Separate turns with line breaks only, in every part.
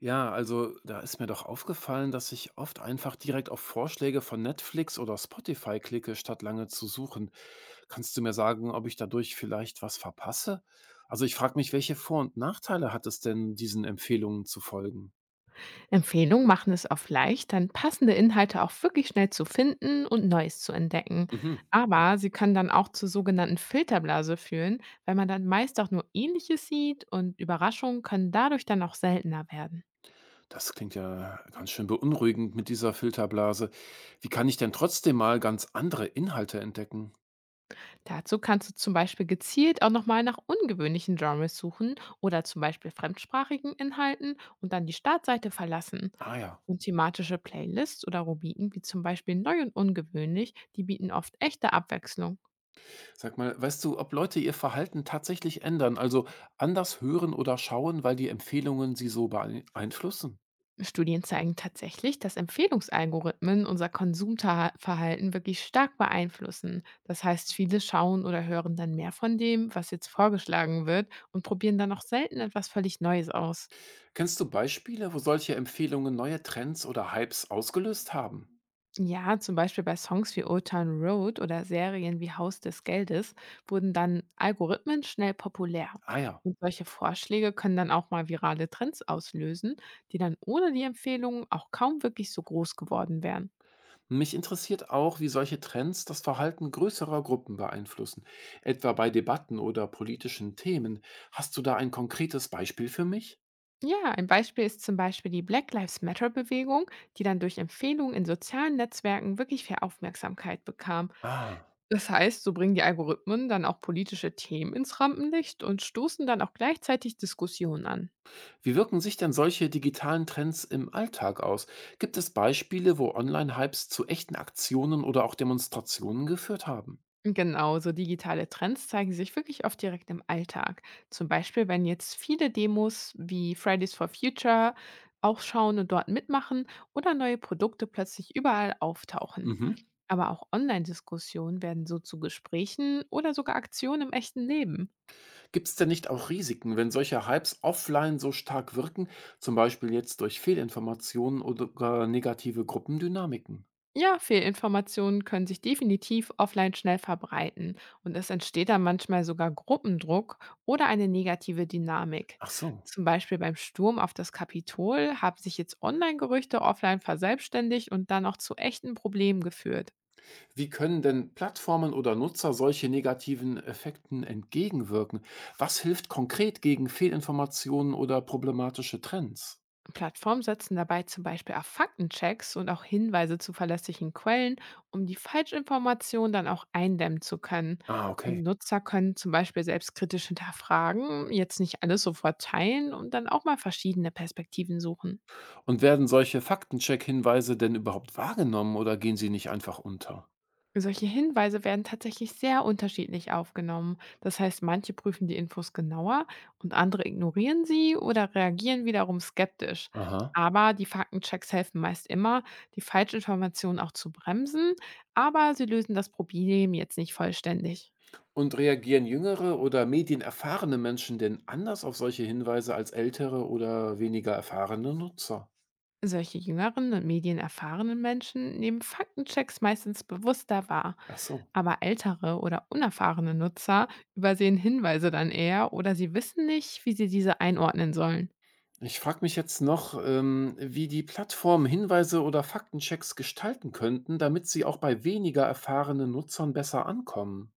Ja, also da ist mir doch aufgefallen, dass ich oft einfach direkt auf Vorschläge von Netflix oder Spotify klicke, statt lange zu suchen. Kannst du mir sagen, ob ich dadurch vielleicht was verpasse? Also ich frage mich, welche Vor- und Nachteile hat es denn, diesen Empfehlungen zu folgen?
Empfehlungen machen es oft leicht, dann passende Inhalte auch wirklich schnell zu finden und Neues zu entdecken.
Mhm.
Aber sie können dann auch zur sogenannten Filterblase führen, weil man dann meist auch nur Ähnliches sieht und Überraschungen können dadurch dann auch seltener werden.
Das klingt ja ganz schön beunruhigend mit dieser Filterblase. Wie kann ich denn trotzdem mal ganz andere Inhalte entdecken?
Dazu kannst du zum Beispiel gezielt auch nochmal nach ungewöhnlichen Genres suchen oder zum Beispiel fremdsprachigen Inhalten und dann die Startseite verlassen.
Ah ja.
Und thematische Playlists oder Rubriken wie zum Beispiel Neu und Ungewöhnlich, die bieten oft echte Abwechslung.
Sag mal, weißt du, ob Leute ihr Verhalten tatsächlich ändern, also anders hören oder schauen, weil die Empfehlungen sie so beeinflussen?
Studien zeigen tatsächlich, dass Empfehlungsalgorithmen unser Konsumverhalten wirklich stark beeinflussen. Das heißt, viele schauen oder hören dann mehr von dem, was jetzt vorgeschlagen wird und probieren dann auch selten etwas völlig Neues aus.
Kennst du Beispiele, wo solche Empfehlungen neue Trends oder Hypes ausgelöst haben?
Ja, zum Beispiel bei Songs wie Old Town Road oder Serien wie Haus des Geldes wurden dann Algorithmen schnell populär.
Ah ja.
Und solche Vorschläge können dann auch mal virale Trends auslösen, die dann ohne die Empfehlungen auch kaum wirklich so groß geworden wären.
Mich interessiert auch, wie solche Trends das Verhalten größerer Gruppen beeinflussen, etwa bei Debatten oder politischen Themen. Hast du da ein konkretes Beispiel für mich?
Ja, ein Beispiel ist zum Beispiel die Black Lives Matter-Bewegung, die dann durch Empfehlungen in sozialen Netzwerken wirklich viel Aufmerksamkeit bekam.
Ah.
Das heißt, so bringen die Algorithmen dann auch politische Themen ins Rampenlicht und stoßen dann auch gleichzeitig Diskussionen an.
Wie wirken sich denn solche digitalen Trends im Alltag aus? Gibt es Beispiele, wo Online-Hypes zu echten Aktionen oder auch Demonstrationen geführt haben?
Genauso digitale Trends zeigen sich wirklich oft direkt im Alltag. Zum Beispiel, wenn jetzt viele Demos wie Fridays for Future aufschauen und dort mitmachen oder neue Produkte plötzlich überall auftauchen.
Mhm.
Aber auch Online-Diskussionen werden so zu Gesprächen oder sogar Aktionen im echten Leben.
Gibt es denn nicht auch Risiken, wenn solche Hypes offline so stark wirken, zum Beispiel jetzt durch Fehlinformationen oder gar negative Gruppendynamiken?
Ja, Fehlinformationen können sich definitiv offline schnell verbreiten und es entsteht dann manchmal sogar Gruppendruck oder eine negative Dynamik.
Ach so.
Zum Beispiel beim Sturm auf das Kapitol haben sich jetzt Online-Gerüchte offline verselbstständigt und dann auch zu echten Problemen geführt.
Wie können denn Plattformen oder Nutzer solche negativen Effekten entgegenwirken? Was hilft konkret gegen Fehlinformationen oder problematische Trends?
Plattformen setzen dabei zum Beispiel auf Faktenchecks und auch Hinweise zu verlässlichen Quellen, um die Falschinformation dann auch eindämmen zu können.
Ah, okay.
Und Nutzer können zum Beispiel selbstkritisch hinterfragen, jetzt nicht alles sofort teilen und dann auch mal verschiedene Perspektiven suchen.
Und werden solche Faktencheck-Hinweise denn überhaupt wahrgenommen oder gehen sie nicht einfach unter?
Solche Hinweise werden tatsächlich sehr unterschiedlich aufgenommen. Das heißt, manche prüfen die Infos genauer und andere ignorieren sie oder reagieren wiederum skeptisch.
Aha.
Aber die Faktenchecks helfen meist immer, die Falschinformationen auch zu bremsen, aber sie lösen das Problem jetzt nicht vollständig.
Und reagieren jüngere oder medienerfahrene Menschen denn anders auf solche Hinweise als ältere oder weniger erfahrene Nutzer?
Solche jüngeren und medienerfahrenen Menschen nehmen Faktenchecks meistens bewusster wahr.
Ach so.
Aber ältere oder unerfahrene Nutzer übersehen Hinweise dann eher oder sie wissen nicht, wie sie diese einordnen sollen.
Ich frage mich jetzt noch, wie die Plattformen Hinweise oder Faktenchecks gestalten könnten, damit sie auch bei weniger erfahrenen Nutzern besser ankommen.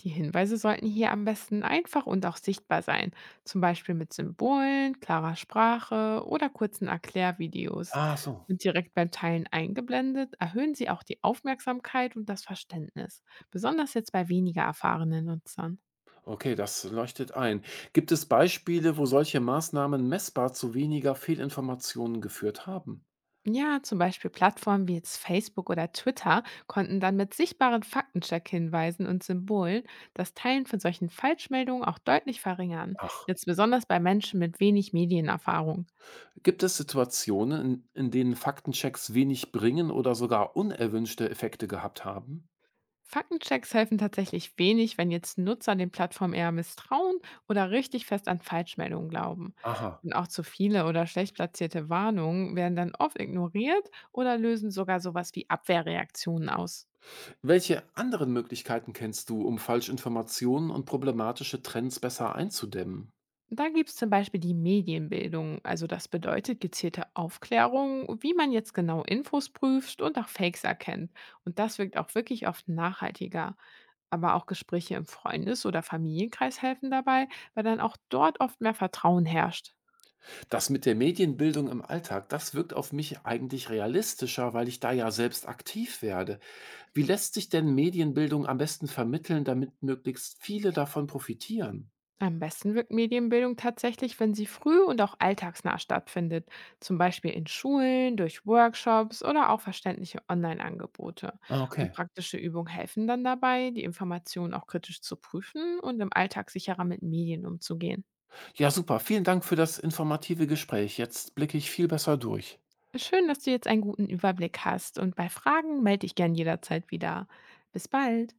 Die Hinweise sollten hier am besten einfach und auch sichtbar sein, zum Beispiel mit Symbolen, klarer Sprache oder kurzen Erklärvideos.
Ah, so.
Und direkt beim Teilen eingeblendet, erhöhen sie auch die Aufmerksamkeit und das Verständnis, besonders jetzt bei weniger erfahrenen Nutzern.
Okay, das leuchtet ein. Gibt es Beispiele, wo solche Maßnahmen messbar zu weniger Fehlinformationen geführt haben?
Ja, zum Beispiel Plattformen wie jetzt Facebook oder Twitter konnten dann mit sichtbaren Faktencheck-Hinweisen und Symbolen das Teilen von solchen Falschmeldungen auch deutlich verringern,
Ach.
jetzt besonders bei Menschen mit wenig Medienerfahrung.
Gibt es Situationen, in denen Faktenchecks wenig bringen oder sogar unerwünschte Effekte gehabt haben?
Faktenchecks helfen tatsächlich wenig, wenn jetzt Nutzer den Plattformen eher misstrauen oder richtig fest an Falschmeldungen glauben.
Aha.
Und auch zu viele oder schlecht platzierte Warnungen werden dann oft ignoriert oder lösen sogar sowas wie Abwehrreaktionen aus.
Welche anderen Möglichkeiten kennst du, um Falschinformationen und problematische Trends besser einzudämmen?
Da gibt's zum Beispiel die Medienbildung. Also das bedeutet gezielte Aufklärung, wie man jetzt genau Infos prüft und auch Fakes erkennt. Und das wirkt auch wirklich oft nachhaltiger. Aber auch Gespräche im Freundes- oder Familienkreis helfen dabei, weil dann auch dort oft mehr Vertrauen herrscht.
Das mit der Medienbildung im Alltag, das wirkt auf mich eigentlich realistischer, weil ich da ja selbst aktiv werde. Wie lässt sich denn Medienbildung am besten vermitteln, damit möglichst viele davon profitieren?
Am besten wirkt Medienbildung tatsächlich, wenn sie früh und auch alltagsnah stattfindet, zum Beispiel in Schulen, durch Workshops oder auch verständliche Online-Angebote.
Ah,
Und
okay.
praktische Übungen helfen dann dabei, die Informationen auch kritisch zu prüfen und im Alltag sicherer mit Medien umzugehen.
Ja, super. Vielen Dank für das informative Gespräch. Jetzt blicke ich viel besser durch.
Schön, dass du jetzt einen guten Überblick hast und bei Fragen melde dich gern jederzeit wieder. Bis bald!